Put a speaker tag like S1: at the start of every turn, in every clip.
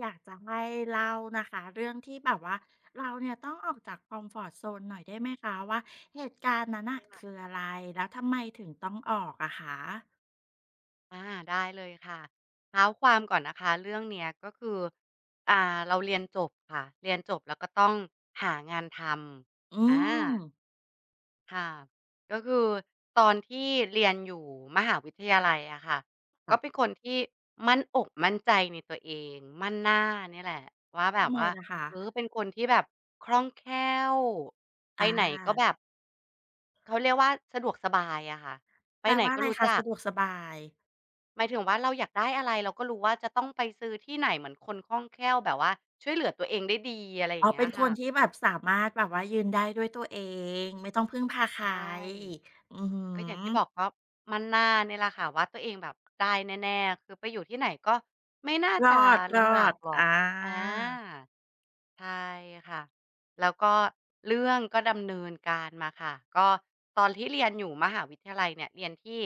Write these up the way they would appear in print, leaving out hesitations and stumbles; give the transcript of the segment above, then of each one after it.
S1: อยากจะให้เล่านะคะเรื่องที่แบบว่าเราเนี่ยต้องออกจากคอมฟอร์ตโซนหน่อยได้ไหมคะว่าเหตุการณ์นั้นน่ะคืออะไรแล้วทำไมถึงต้องออกอะคะ
S2: อาได้เลยค่ะเท้าความก่อนนะคะเรื่องเนี้ยก็คืออ่าเราเรียนจบค่ะเรียนจบแล้วก็ต้องหางานท
S1: อื
S2: ำ
S1: ม
S2: ค่ะก็คือตอนที่เรียนอยู่มหาวิทยาลัยอะค่ะก็
S1: ค่ะ
S2: เป็นคนที่มั่นอกมั่นใจในตัวเองมั่นหน้าเนี่ยแหละว่าแบ
S1: ทำ
S2: บ
S1: ไม
S2: ว่า
S1: ล่ะคะ
S2: เป็นคนที่แบบคล่องแคล่วไป
S1: อา
S2: ไหนก็แบบเขาเรียกว่าสะดวกสบายอะค่ะไป
S1: แปล
S2: ไหน
S1: ว่าอะ
S2: ก็
S1: ไร
S2: รู้
S1: คะ
S2: จั
S1: สะ
S2: ก
S1: ดวกสบาย
S2: หมายถึงว่าเราอยากได้อะไรเราก็รู้ว่าจะต้องไปซื้อที่ไหนเหมือนคนคล่องแคล่วแบบว่าช่วยเหลือตัวเองได้ดีอะไรอ
S1: อ๋อ
S2: ย่างเงี้
S1: เป็น
S2: ย
S1: ค
S2: ค่ะ
S1: นที่แบบสามารถแบบว่ายืนได้ด้วยตัวเองไม่ต้องพึ่งพาใคร
S2: ใช่
S1: อือฮึ
S2: ก็อย่างที่บอกก็มั่นหน้าเนี่ยแหละค่ะว่าตัวเองแบบได้แน่ๆคือไปอยู่ที่ไหนก็ไม่น่า
S1: ร
S2: จะ
S1: อ
S2: ลำบาก
S1: ด
S2: หรอ
S1: ๆ
S2: ก
S1: อา
S2: อา ใช่ค่ะแล้วก็เรื่องก็ดำเนินการมาค่ะก็ตอนที่เรียนอยู่มหาวิทยาลัยเนี่ยเรียนที่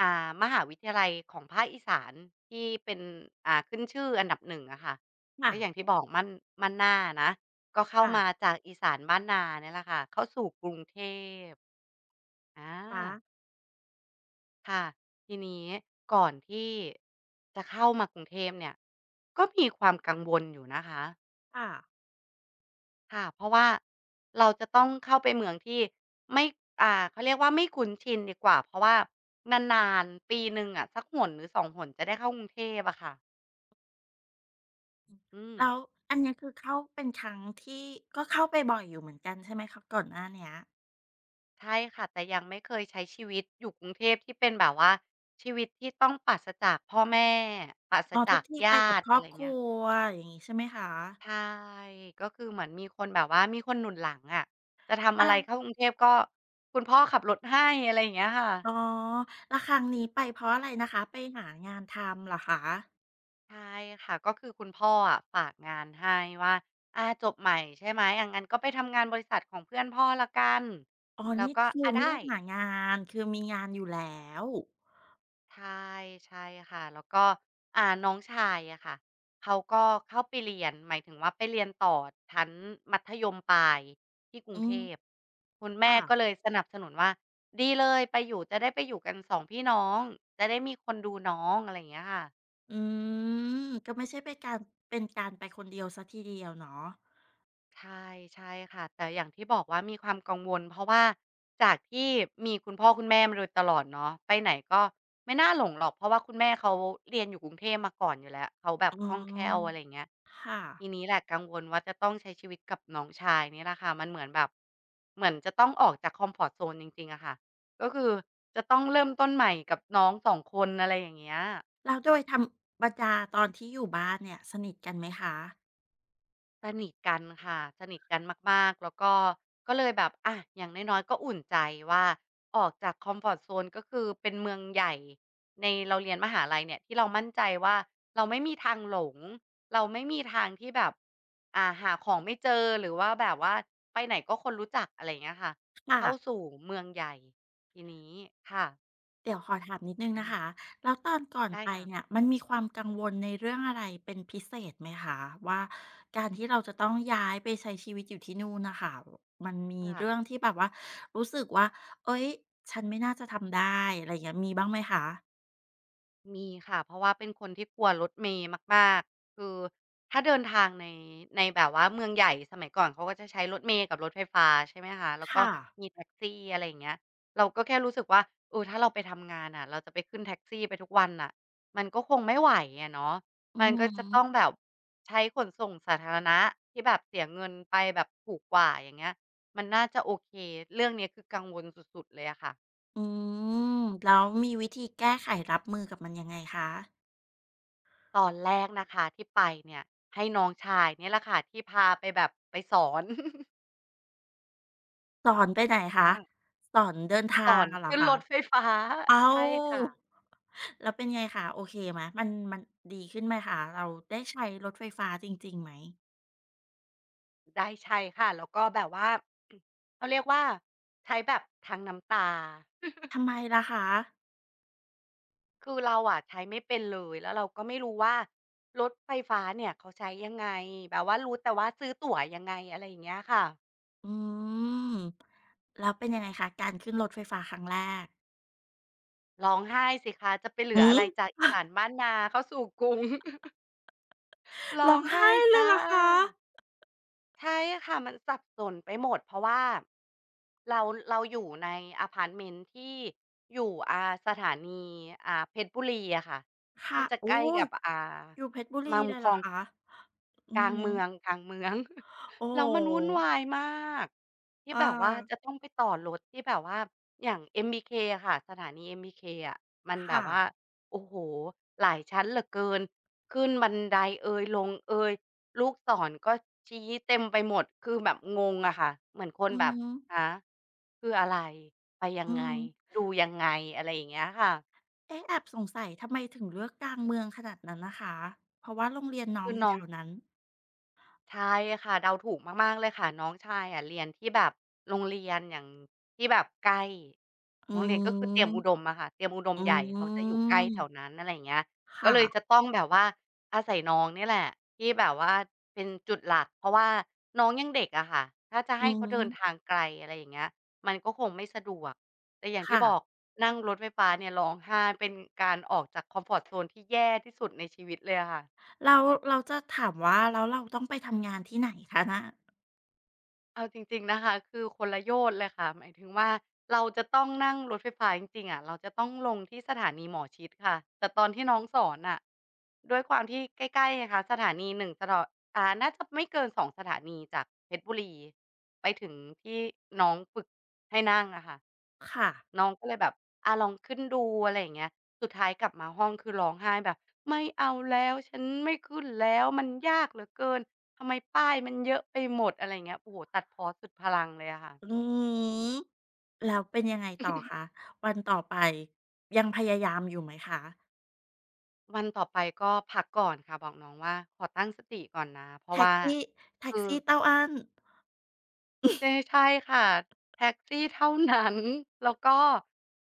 S2: มหาวิทยาลัยของภาคอีสานที่เป็นขึ้นชื่ออันดับหนึงอะค่ะ
S1: ค่ะ
S2: ก็อย่างที่บอกมั่นหน้านะก็เข้า
S1: ค่ะ
S2: มาจากอีสานบ้านนาเนี่ยแหละค่ะเข้าสู่กรุงเทพอ
S1: ๆ
S2: าค่ะทีนี้ก่อนที่จะเข้ามากรุงเทพเนี่ยก็มีความกังวลอยู่นะคะ
S1: ค่ะ
S2: ค่ะเพราะว่าเราจะต้องเข้าไปเมืองที่ไม่อ่าเขาเรียกว่าไม่คุ้นชินดีกว่าเพราะว่านานๆปีหนึ่งอะสักหนหรือสองหนจะได้เข้ากรุงเทพอะค่ะอืม
S1: แล้วอันเนี้ยคือเข้าเป็นครั้งที่ก็เข้าไปบ่อยอยู่เหมือนกันใช่ไหมคะก่อนหน้าเนี้ย
S2: ใช่ค่ะแต่ยังไม่เคยใช้ชีวิตอยู่กรุงเทพที่เป็นแบบว่าชีวิตที่ต้องปราศจากพ่อแม่ปราศ
S1: อ๋อทุ
S2: จา
S1: ก
S2: ก
S1: ที่
S2: ญ
S1: ไป
S2: า
S1: กับค
S2: ติ
S1: รอ
S2: อะ
S1: บ
S2: ไร
S1: ครั
S2: เงี้ย
S1: วอย่างงี้ใช่ไหมคะ
S2: ใช่ก็คือเหมือนมีคนแบบว่ามีคนหนุนหลังอะจะทำอะไร
S1: อา
S2: เข้ากรุงเทพก็คุณพ่อขับรถให้อะไรอย่างเงี้ยค่ะ
S1: อ๋อแล้วครั้งนี้ไปเพราะอะไรนะคะไปหางานทำเหรอคะ
S2: ใช่ค่ะก็คือคุณพ่ออะฝากงานให้ว่าจบใหม่ใช่ไหมงั้นก็ไปทำงานบริษัทของเพื่อนพ่อแล้วกัน
S1: อ๋อ
S2: แล้ว
S1: นี่
S2: ก็
S1: คือไม่
S2: ได้
S1: ได้หางานคือมีงานอยู่แล้ว
S2: ใช่ใช่ค่ะแล้วก็น้องชายอะค่ะเขาก็เข้าไปเรียนหมายถึงว่าไปเรียนต่อชั้นมัธยมปลายที่กรุ
S1: อื
S2: งเท
S1: ม
S2: พคุณแม่
S1: ค่ะ
S2: ก็เลยสนับสนุนว่าดีเลยไปอยู่จะได้ไปอยู่กันสองพี่น้องจะได้มีคนดูน้องอะไรอย่างเงี้ยค่ะ
S1: อืมก็ไม่ใช่เป็นการเป็นการไปคนเดียวเสียทีเดียวเนาะ
S2: ใช่ใช่ค่ะแต่อย่างที่บอกว่ามีความกังวลเพราะว่าจากที่มีคุณพ่อคุณแม่มาโดยตลอดเนาะไปไหนก็ไม่น่าหลงหรอกเพราะว่าคุณแม่เขาเรียนอยู่กรุงเทพมาก่อนอยู่แล้วเขาแบ
S1: อื
S2: บคล่อง
S1: ม
S2: แคล่วอะไรอย่างเงี้ย
S1: ค่ะ
S2: ทีนี้แหละกังวลว่าจะต้องใช้ชีวิตกับน้องชายนี่แหละค่ะมันเหมือนแบบเหมือนจะต้องออกจากคอมฟอร์ตโซนจริงๆอะค่ะก็คือจะต้องเริ่มต้นใหม่กับน้องสองคนอะไรอย่างเงี้ย
S1: แล้วโดยธรรมดาตอนที่อยู่บ้านเนี่ยสนิทกันไหมคะ
S2: สนิทกันค่ะ สนิทกันมากๆแล้วก็ก็เลยแบบอย่างน้อยๆก็อุ่นใจว่าออกจากคอมฟอร์ตโซนก็คือเป็นเมืองใหญ่ในเราเรียนมหาลัยเนี่ยที่เรามั่นใจว่าเราไม่มีทางหลงเราไม่มีทางที่แบบหาของไม่เจอหรือว่าแบบว่าไปไหนก็คนรู้จักอะไรอย่างเงี้ยค่ะเข้า
S1: ค่ะ
S2: สู่เมืองใหญ่ทีนี้ค่ะ
S1: เดี๋ยวขอถามนิดนึงนะคะ
S2: อา
S1: แล้วตอนก่อน
S2: ได้
S1: ไป
S2: ค่ะ
S1: เนี่ยมันมีความกังวลในเรื่องอะไรเป็นพิเศษไหมคะว่าการที่เราจะต้องย้ายไปใช้ชีวิตอยู่ที่นู่นนะคะมันมีเรื่อง
S2: ค่ะ
S1: ที่แบบว่ารู้สึกว่าเฮ้ยฉันไม่น่าจะทำได้อะไรอย่างเงี้ยมีบ้างไหมคะ
S2: มีค่ะเพราะว่าเป็นคนที่กลัวรถเมล์มากๆคือถ้าเดินทางในแบบว่าเมืองใหญ่สมัยก่อนเขาก็จะใช้รถเมล์กับรถไฟฟ้าใช่ไหมคะแล้วก็
S1: ค่ะ
S2: มีแท็กซี่อะไรอย่างเงี้ยเราก็แค่รู้สึกว่าเออถ้าเราไปทำงานน่ะเราจะไปขึ้นแท็กซี่ไปทุกวันน่ะมันก็คงไม่ไหวอะเนาะ
S1: อื
S2: มันก็จะต้อง
S1: ม
S2: แบบใช้ขนส่งสาธารณะที่แบบเสียเงินไปแบบถูกกว่าอย่างเงี้ยมันน่าจะโอเคเรื่องเนี้ยคือกังวลสุดๆเลยอะค่ะ
S1: อืมแล้วมีวิธีแก้ไขรับมือกับมันยังไงคะ
S2: ตอนแรกนะคะที่ไปเนี่ยให้น้องชายเนี่ยแหละค่ะที่พาไปแบบไปสอน
S1: สอนไปไหนคะ
S2: อา
S1: สอนเดิน
S2: ส
S1: ทา
S2: อ
S1: ง
S2: น
S1: อะเหรอ
S2: ขึ้นร
S1: คะ
S2: ถไฟฟ้า
S1: เอ้า
S2: ใช่ค่ะ
S1: แล้วเป็นไงคะโอเคไหมมันมันดีขึ้นไหมคะเราได้ใช้รถไฟฟ้าจริงๆไหม
S2: ได้ใช่ค่ะแล้วก็แบบว่า เขาเรียกว่าใช้แบบทั้งน้ำตา
S1: ทำไมล่ะคะ
S2: คือเราอะใช้ไม่เป็นเลยแล้วเราก็ไม่รู้ว่ารถไฟฟ้าเนี่ยเขาใช้ยังไงแบบว่ารู้แต่ว่าซื้อตั๋วยังไงอะไรอย่างเงี้ยค่ะ
S1: อืมแล้วเป็นยังไงคะการขึ้นรถไฟฟ้าครั้งแรก
S2: ร้องไห้สิคะจะไปเหลื
S1: อื
S2: ออะ
S1: ม
S2: ไรจาก อีสานบ้านนาเข้าสู่กรุง ร้
S1: ร้
S2: อ
S1: อ
S2: ง
S1: ง
S2: ไห้
S1: ไห้เลย
S2: จ้ะ
S1: เหรอคะ
S2: ใช่ค่ะมันสับสนไปหมดเพราะว่าเราอยู่ในพาร์ตเมนต์ที่อยู่สถานีเพชรบุรีอะค่ะ
S1: ค่ะ
S2: ที่จะ
S1: โอ้
S2: ใกล้
S1: ย
S2: กับ
S1: อยู่เพชรบุรี
S2: มา
S1: เล
S2: บุ
S1: ย
S2: ค
S1: เหร
S2: ล
S1: อ
S2: อง
S1: คะอื
S2: กลาง
S1: ม
S2: เมืองกลางเมือง
S1: โอ้โฮ
S2: แล้วมันวุ่นวายมากที่
S1: อา
S2: แบบว่าจะต้องไปต่อรถที่แบบว่าอย่าง MBK อมบีเคอะค่ะสถานี MBK อมบีเคอ่ะมันแบ
S1: ค่ะ
S2: บว่าโอ้โหหลายชั้นเหลือเกินขึ้นบันไดเอยลงเอยลูกศรก็ชี้เต็มไปหมดคือแบบงงอะค่ะเหมือนคน
S1: อื
S2: แบบ
S1: ม
S2: ฮะคืออะไรไปยั
S1: อื
S2: งไง
S1: ม
S2: ดูยังไงอะไรอย่างเงี้ยค่ะ
S1: เอ๊ะแอบสงสัยทำไมถึงเลือกกลางเมืองขนาดนั้นนะคะเพราะว่าโรงเรียนน้อง
S2: คือ
S1: อยู่
S2: น้อ
S1: แถ
S2: ง
S1: วนั้น
S2: ใช่ค่ะเดาถูกมากๆเลยค่ะน้องชายอะเรียนที่แบบโรงเรียนอย่างที่แบบใกล้
S1: อื
S2: โรงเรียนก็คือเตรียมอุด
S1: ม
S2: มอะค่ะเตรียมอุดม
S1: อื
S2: ใหญ่เขาจะอยู่ใกล้แถว
S1: ม
S2: นั้นอะไรอย่างเงี้ยก็
S1: ค่ะ
S2: เลยจะต้องแบบว่าอาศัยน้องเนี่ยแหละที่แบบว่าเป็นจุดหลักเพราะว่าน้องยังเด็กอะค่ะถ้าจะ
S1: อื
S2: ให้เขาเดินทาง
S1: ม
S2: ไกลอะไรอย่างเงี้ยมันก็คงไม่สะดวกแต่อย่างที่
S1: ค่ะ
S2: บอกนั่งรถไฟฟ้าเนี่ยร้องไห้เป็นการออกจากคอมฟอร์ตโซนที่แย่ที่สุดในชีวิตเลยอะค่ะ
S1: แล้วแลจะถามว่าแล้วเราต้องไปทำงานที่ไหนคะน่ะ
S2: เอาจริงๆนะคะคือคนละโยชน์เลยค่ะหมายถึงว่าเราจะต้องนั่งรถไฟฟ้าจริงๆอะเราจะต้องลงที่สถานีหมอชิตค่ะแต่ตอนที่น้องสอนน่ะด้วยความที่ใกล้ๆไงคะสถานีหนึ่งสถอน่าจะไม่เกินสองสถานีจากเพชรบุรีไปถึงที่น้องฝึกให้นั่งอะค่ะ
S1: ค่ะ
S2: น้องก็เลยแบบลองขึ้นดูอะไรอย่างเงี้ยสุดท้ายกลับมาห้องคือร้องไห้แบบไม่เอาแล้วฉันไม่ขึ้นแล้วมันยากเหลือเกินทำไมป้ายมันเยอะไปหมดอะไรอย่างเงี้ยโอ้โฮตัดพ้อสุดพลังเลยอะค่ะ
S1: อืมแล้วเป็นยังไงต่อคะ วันต่อไปยังพยายามอยู่ไหมคะ
S2: วันต่อไปก็พักก่อนค่ะบอกน้องว่าขอตั้งสติก่อนนะเพราะ
S1: แท็ก
S2: ว่า
S1: ซี่แท็ก
S2: คือ
S1: ซี่เต้าอั้น
S2: ใช่ใช่ค่ะแท็กซี่เท่านั้น แล้วก็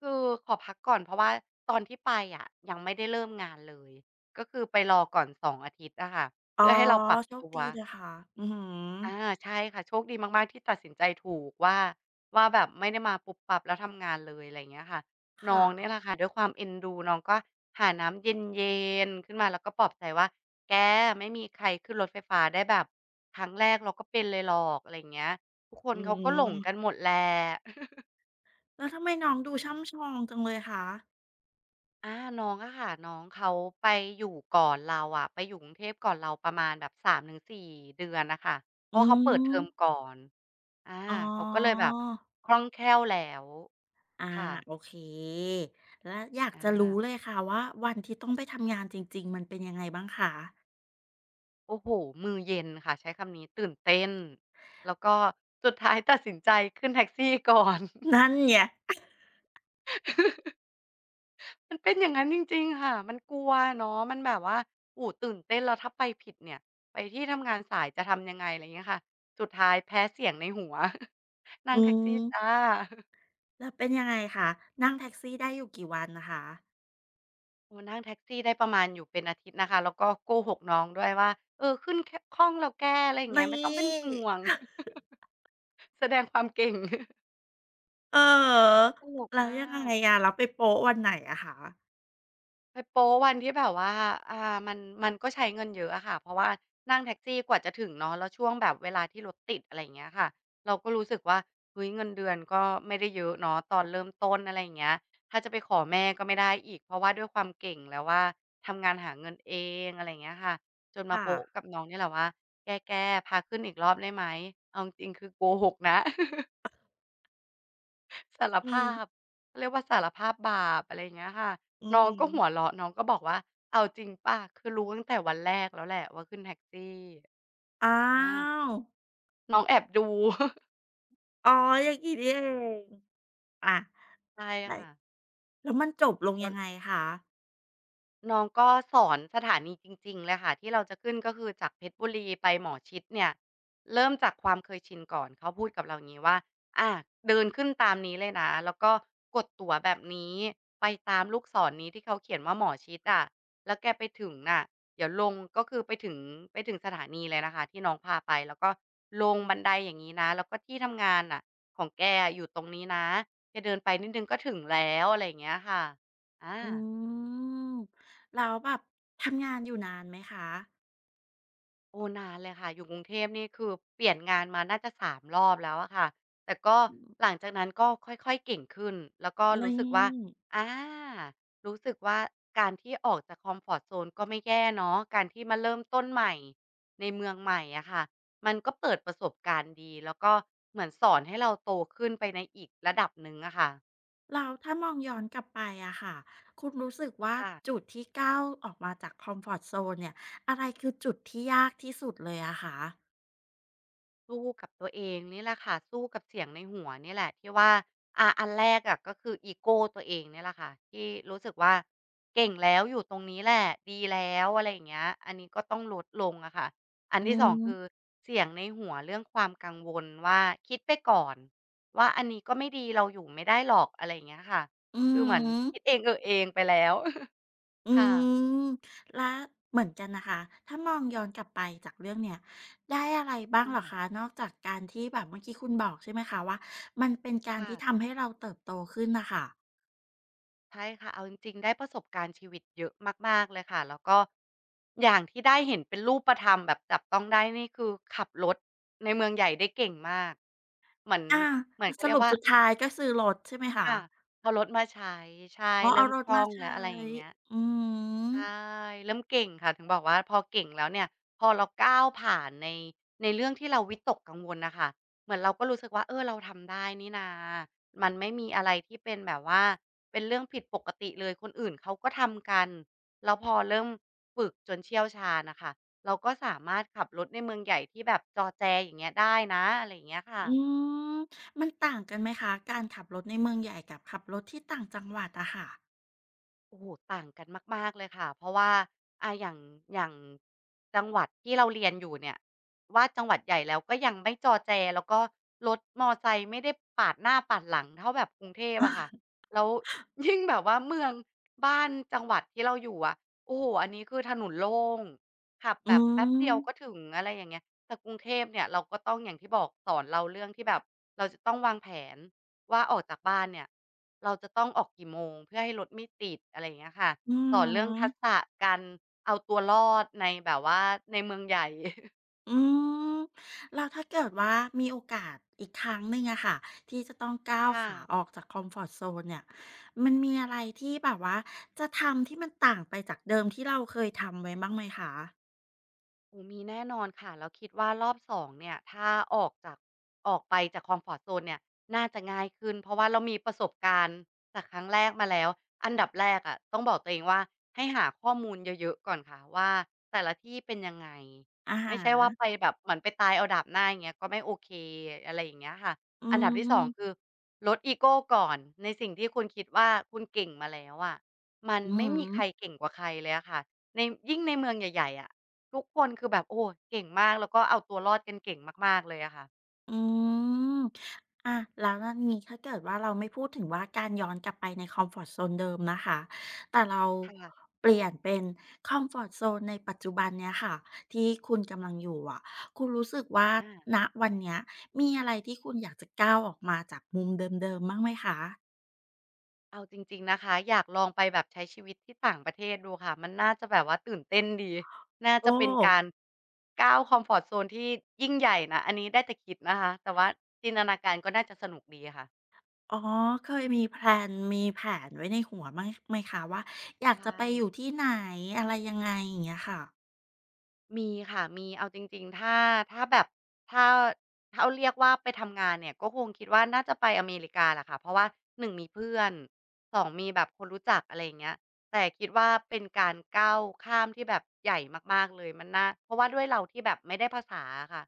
S2: คือขอพักก่อนเพราะว่าตอนที่ไปอะยังไม่ได้เริ่มงานเลยก็คือไปรอก่อน2องอาทิตย์อะค่ะ
S1: อ๋อ
S2: เพื่อให้เราปรับ
S1: โชค
S2: ตัว
S1: ดีนะคะอือฮึ
S2: อาใช่ค่ะโชคดีมากๆที่ตัดสินใจถูกว่าว่าแบบไม่ได้มาปุบปับแล้วทำงานเลยอะไรอย่างเงี้ยค่ะน้องเนี่
S1: ค่ะ
S2: ยแหละค่ะด้วยความเอ็นดูน้องก็หาน้ำเย็นๆขึ้นมาแล้วก็ปลอบใจว่าแกไม่มีใครขึ้นรถไฟฟ้าได้แบบครั้งแรกเราก็เป็นเลยหรอกอะไรอย่างเงี้ยทุกคน
S1: อื
S2: เขาก็หลงกันห
S1: ม
S2: มดแหละ
S1: แล้วทำไมน้องดูช่ำชองจังเลยคะ
S2: อาน้องอะค่ะน้องเขาไปอยู่ก่อนเราอะไปอยู่กรุงเทพก่อนเราประมาณแบบ3-4เดือนน่ะค่ะเพ
S1: อื
S2: ราะว่าเขาเปิดเทอ
S1: ม
S2: มก่อนอา
S1: อ๋อ
S2: เขาก็เลยแบบคล่องแคล่วแล้ว
S1: อา
S2: ค
S1: โอ
S2: ่ะ
S1: เคแล้วอยาก
S2: อ
S1: จะรู้
S2: า
S1: เลยค่ะว่าวันที่ต้องไปทำงานจริงๆมันเป็นยังไงบ้างคะ
S2: โอ้โฮมือเย็นค่ะใช้คำนี้ตื่นเต้นแล้วก็สุดท้ายตัดสินใจขึ้นแท็กซี่ก่อน
S1: นั่นไง
S2: มันเป็นอย่างนั้นจริงๆค่ะมันกลัวเนาะมันแบบว่าโอ้โฮตื่นเต้นแล้วถ้าไปผิดเนี่ยไปที่ทำงานสายจะทำยังไงอะไรอย่างเงี้ยค่ะสุดท้ายแพ้เสียงในหัว นั่ง
S1: อื
S2: แท็กซี่จ้ะ
S1: มแล้วเป็นยังไงคะนั่งแท็กซี่ได้อยู่กี่วันนะคะ
S2: โอ้นั่งแท็กซี่ได้ประมาณอยู่เป็นอาทิตย์นะคะแล้วก็โกหกน้องด้วยว่าเออขึ้นแค่คล่องแล้วแกอะไรอย่างเงี้
S1: นี่
S2: ยไม่ต้องเป็นห่วง แสดงความเก่ง
S1: เออ
S2: ตลก
S1: แล้ว
S2: ม
S1: ยัง
S2: า
S1: ไง
S2: ก
S1: อะแล้วไปโป๊ะวันไหนอะคะ
S2: ไปโป๊วันที่แบบว่าอ่ามันมันก็ใช้เงินเยอะอะค่ะ เพราะว่านั่งแท็กซี่กว่าจะถึงเนาะแล้วช่วงแบบเวลาที่รถติดอะไรอย่างเงี้ยค่ะเราก็รู้สึกว่าเฮ้ยเงินเดือนก็ไม่ได้เยอะเนาะตอนเริ่มต้นอะไรอย่างเงี้ยถ้าจะไปขอแม่ก็ไม่ได้อีกเพราะว่าด้วยความเก่งแล้วว่าทำงานหาเงินเองอะไรอย่างเงี้ยค่ะจนมา
S1: ค่ะ
S2: โป๊ะกับน้องนี่แหละว่าแกๆพาขึ้นอีกรอบได้ไหมเอาจริงๆคือโกหกนะ สาร
S1: อืม
S2: ภาพเขาเรียกว่าสารภาพบาปอะไรอย่างเงี้ยค่ะ
S1: อื
S2: น้องก็หัว
S1: ม
S2: เราะน้องก็บอกว่าเอาจริงเปล่าคือรู้ตั้งแต่วันแรกแล้วแหละว่าขึ้นแท็กซี่
S1: อ้า
S2: อา
S1: ว
S2: น้องแอบดู
S1: อ๋ออย่างงี้นี่เองอา
S2: ใช่
S1: ไร
S2: ค่ะ
S1: แล้วมันจบลง
S2: แล้
S1: ยั
S2: ว
S1: งไงคะ
S2: น้องก็สอนสถานีจริงๆเลยค่ะที่เราจะขึ้นก็คือจากเพชรบุรีไปหมอชิตเนี่ยเริ่มจากความเคยชินก่อนเขาพูดกับเราอย่างงี้ว่าอาเดินขึ้นตามนี้เลยนะแล้วก็กดตั๋วแบบนี้ไปตามลูกศรนี้ที่เขาเขียนว่าหมอชิตอะแล้วแกไปถึงน่ะเดี๋ยวลงก็คือไปถึงไปถึงสถานีเลยนะคะที่น้องพาไปแล้วก็ลงบันไดอย่างงี้นะแล้วก็ที่ทำงานน่ะของแกอะอยู่ตรงนี้นะแกเดินไปนิดหนึ่งก็ถึงแล้วอะไรอย่างเงี้ยค่ะอา
S1: อืมแล้วแบบทำงานอยู่นานไหมคะ
S2: โอ้นานเลยค่ะอยู่กรุงเทพนี่คือเปลี่ยนงานมาน่าจะ3รอบแล้วอะค่ะแต่ก็
S1: อื
S2: ห
S1: ม
S2: ลังจากนั้นก็ค่อยๆเก่งขึ้นแล้วก็รู้
S1: นี่
S2: สึกว่าอารู้สึกว่าการที่ออกจากคอมฟอร์ตโซนก็ไม่แย่เนาะการที่มาเริ่มต้นใหม่ในเมืองใหม่อะค่ะมันก็เปิดประสบการณ์ดีแล้วก็เหมือนสอนให้เราโตขึ้นไปในอีกระดับหนึ่งอะค่ะ
S1: แล้วถ้ามองย้อนกลับไปอะค่ะคุณรู้สึกว่า
S2: ค่ะ
S1: จุดที่ก้าวออกมาจากคอมฟอร์ตโซนเนี่ยอะไรคือจุดที่ยากที่สุดเลยอะคะ
S2: สู้กับตัวเองนี่แหละค่ะสู้กับเสียงในหัวนี่แหละที่ว่าอันแรกอะก็คืออีโกตัวเองเนี่ยแหละค่ะที่รู้สึกว่าเก่งแล้วอยู่ตรงนี้แหละดีแล้วอะไรอย่างเงี้ยอันนี้ก็ต้องลดลงอะค่ะอัน
S1: อื
S2: ที่สองคือ
S1: ม
S2: เสียงในหัวเรื่องความกังวลว่าคิดไปก่อนว่าอันนี้ก็ไม่ดีเราอยู่ไม่ได้หรอกอะไรอย่างเงี้ยค่ะ
S1: อื
S2: คือเหมื
S1: อ
S2: อน
S1: ฮึ
S2: คิดเองเออเองไปแล้ว
S1: อื
S2: ค่ะ
S1: มและเหมือนกันนะคะถ้ามองย้อนกลับไปจากเรื่องเนี่ยได้อะไรบ้า
S2: อ
S1: งเหรอคะ
S2: า
S1: นอกจากการที่แบบเมื่อกี้คุณบอกใช่ไหมคะว่ามันเป็นการที่
S2: ค่ะ
S1: ทำให้เราเติบโตขึ้นน่ะค่ะ
S2: ใช่ค่ะ เอาจริงๆ ได้ประสบการณ์ชีวิตเยอะมากๆเลยค่ะ แล้วก็อย่างที่ได้เห็นเป็นรูปธรรมแบบจับต้องได้นี่คือขับรถในเมืองใหญ่ได้เก่งมาก เหมือน
S1: อา
S2: เหมือนก็
S1: ส
S2: เขาเรีย
S1: รุ
S2: ก
S1: ป
S2: ว่า
S1: สุดท้ายก็ซื้อรถใช่ไหมคะ
S2: ค่ะพอรถมาใช้ใช่
S1: อ๋อเอา
S2: เริ่ม
S1: ร
S2: ค
S1: ถ
S2: ล่
S1: มา
S2: องแล้
S1: ใช้
S2: วอะไรอย่างเงี้ย
S1: อืม
S2: ใช่เริ่มเก่งค่ะถึงบอกว่าพอเก่งแล้วเนี่ยพอเราก้าวผ่านในเรื่องที่เราวิตกกังวลน่ะค่ะเหมือนเราก็รู้สึกว่าเออเราทำได้นี่นามันไม่มีอะไรที่เป็นแบบว่าเป็นเรื่องผิดปกติเลยคนอื่นเขาก็ทำกันแล้วพอเริ่มฝึกจนเชี่ยวชาญน่ะค่ะเราก็สามารถขับรถในเมืองใหญ่ที่แบบจอแจอย่างเงี้ยได้นะอะไรอย่างเงี้ยค่ะ
S1: อืมมันต่างกันไหมคะการขับรถในเมืองใหญ่กับขับรถที่ต่างจังหวัดอะค่ะ
S2: โอ้โหต่างกันมากๆเลยค่ะ เพราะว่าอ่าอย่างอย่างจังหวัดที่เราเรียนอยู่เนี่ยว่าจังหวัดใหญ่แล้วก็ยังไม่จอแจแล้วก็รถมอไซค์ไม่ได้ปาดหน้าปาดหลังเท่าแบบกรุงเทพอะค่ะแล้ว ยิ่งแบบว่าเมืองบ้านจังหวัดที่เราอยู่อะโอ้โหอันนี้คือถนนโล่งขับ
S1: อื
S2: แบบแป๊บเดี
S1: ม
S2: ยวก็ถึงอะไรอย่างเงี้ยแต่กรุงเทพเนี่ยเราก็ต้องอย่างที่บอกสอนเราเรื่องที่แบบเราจะต้องวางแผนว่าออกจากบ้านเนี่ย เราจะต้องออกกี่โมงเพื่อให้รถไม่ติดอะไรอย่างเงี้ยค่ะ
S1: อือ
S2: สอนเรื่องทัก
S1: ฮึ
S2: ษะการเอาตัวรอดในแบบว่าในเมืองใหญ่
S1: อืมแล้วถ้าเกิดว่ามีโอกาสอีกครั้งหนึ่งอะค่ะที่จะต้องก้าว
S2: ค่ะ
S1: ขาออกจากคอมฟอร์ตโซนเนี่ยมันมีอะไรที่แบบว่าจะทำที่มันต่างไปจากเดิมที่เราเคยทำไว้บ้างไหมคะ
S2: โอ้มีแน่นอนค่ะแล้วคิดว่ารอบสองเนี่ยถ้าออกจากออกไปจากคอมฟอร์ตโซนเนี่ยน่าจะง่ายขึ้นเพราะว่าเรามีประสบการณ์จากครั้งแรกมาแล้วอันดับแรกอะต้องบอกตัวเองว่าให้หาข้อมูลเยอะๆก่อนค่ะว่าแต่ละที่เป็นยังไง
S1: อะ
S2: ไม่ใช่ว่า
S1: ฮะ
S2: ไปแบบเหมือนไปตายเอาดาบหน้าอย่างเงี้ยก็ไม่โอเคอะไรอย่างเงี้ยค่ะ
S1: อื
S2: อันดับที่สอง
S1: ม
S2: คือลดอีโกก่อนในสิ่งที่คุณคิดว่าคุณเก่งมาแล้วอะมัน
S1: อือ
S2: ไม่
S1: ฮึ
S2: มีใครเก่งกว่าใครเลยอะค่ะในในเมืองใหญ่ๆอะ ทุกคนคือแบบโอ้เก่งมากแล้วก็เอาตัวรอดกันเก่งมากๆเลยอะค่ะ
S1: อืมอาแล้วนย่นนี้ถ้าเกิดว่าเราไม่พูดถึงว่าการย้อนกลับไปในคอมฟอร์ตโซนเดิมนะคะ แต่เรา
S2: ค่ะ
S1: เปลี่ยนเป็นคอมฟอร์ตโซนในปัจจุบันเนี้ยค่ะที่คุณกำลังอยู่อะคุณรู้สึกว่าณ
S2: อา
S1: วันเนี้ยมีอะไรที่คุณอยากจะก้าวออกมาจากมุมเดิมๆบ้างไหมคะ
S2: เอาจริงๆนะคะอยากลองไปแบบใช้ชีวิตที่ต่างประเทศดูค่ะ มันน่าจะแบบว่าตื่นเต้นดีน่า
S1: โอ้
S2: จะเป็นการก้าวคอมฟอร์ตโซนที่ยิ่งใหญ่นะอันนี้ได้แต่คิดนะคะ แต่ว่าจินตนาการก็น่าจะสนุกดีค่ะ
S1: อ๋อเคยมีแพลนมีแผนไว้ในหัวบ้างไหมคะว่า อยา
S2: ใช
S1: กจะไป
S2: ่
S1: อยู่ที่ไหน อะไรยังไงอย่างเงี้ยค่ะ
S2: มีค่ะมีเอาจริงๆถ้าถ้าแบบถ้าถ้าเรียกว่าไปทำงานเนี่ยก็คงคิดว่าน่าจะไปอเมริกาแหละค่ะเพราะว่าหนึ่งมีเพื่อนสองมีแบบคนรู้จักอะไรอย่างเงี้ยแต่คิดว่าเป็นการก้าวข้ามที่แบบใหญ่มากๆเลยมันน่าเพราะว่าด้วยเราที่แบบไม่ได้ภาษาอะค่ะ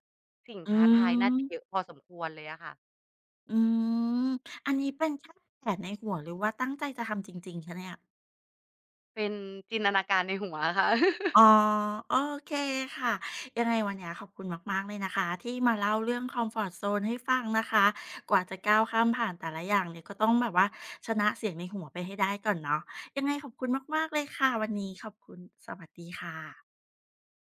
S2: สิ่ง
S1: อื
S2: ท้าทายน่า
S1: ม
S2: จะเยอะพอสมควรเลยอะค่ะ
S1: อืมอันนี้เป็นแค่แผนในหัวหรือว่าตั้งใจจะทำจริงๆคะเนี่ย
S2: เป็นจินตนาการในหัวอะค่ะ
S1: อ๋อโอเคค่ะยังไงวันเนี้ยขอบคุณมากๆเลยนะคะที่มาเล่าเรื่องคอมฟอร์ตโซนให้ฟังนะคะกว่าจะก้าวข้ามผ่านแต่ละอย่างเนี่ยก็ต้องแบบว่าชนะเสียงในหัวไปให้ได้ก่อนเนาะยังไงขอบคุณมากๆเลยค่ะวันนี้ขอบคุณสวัสดีค่ะ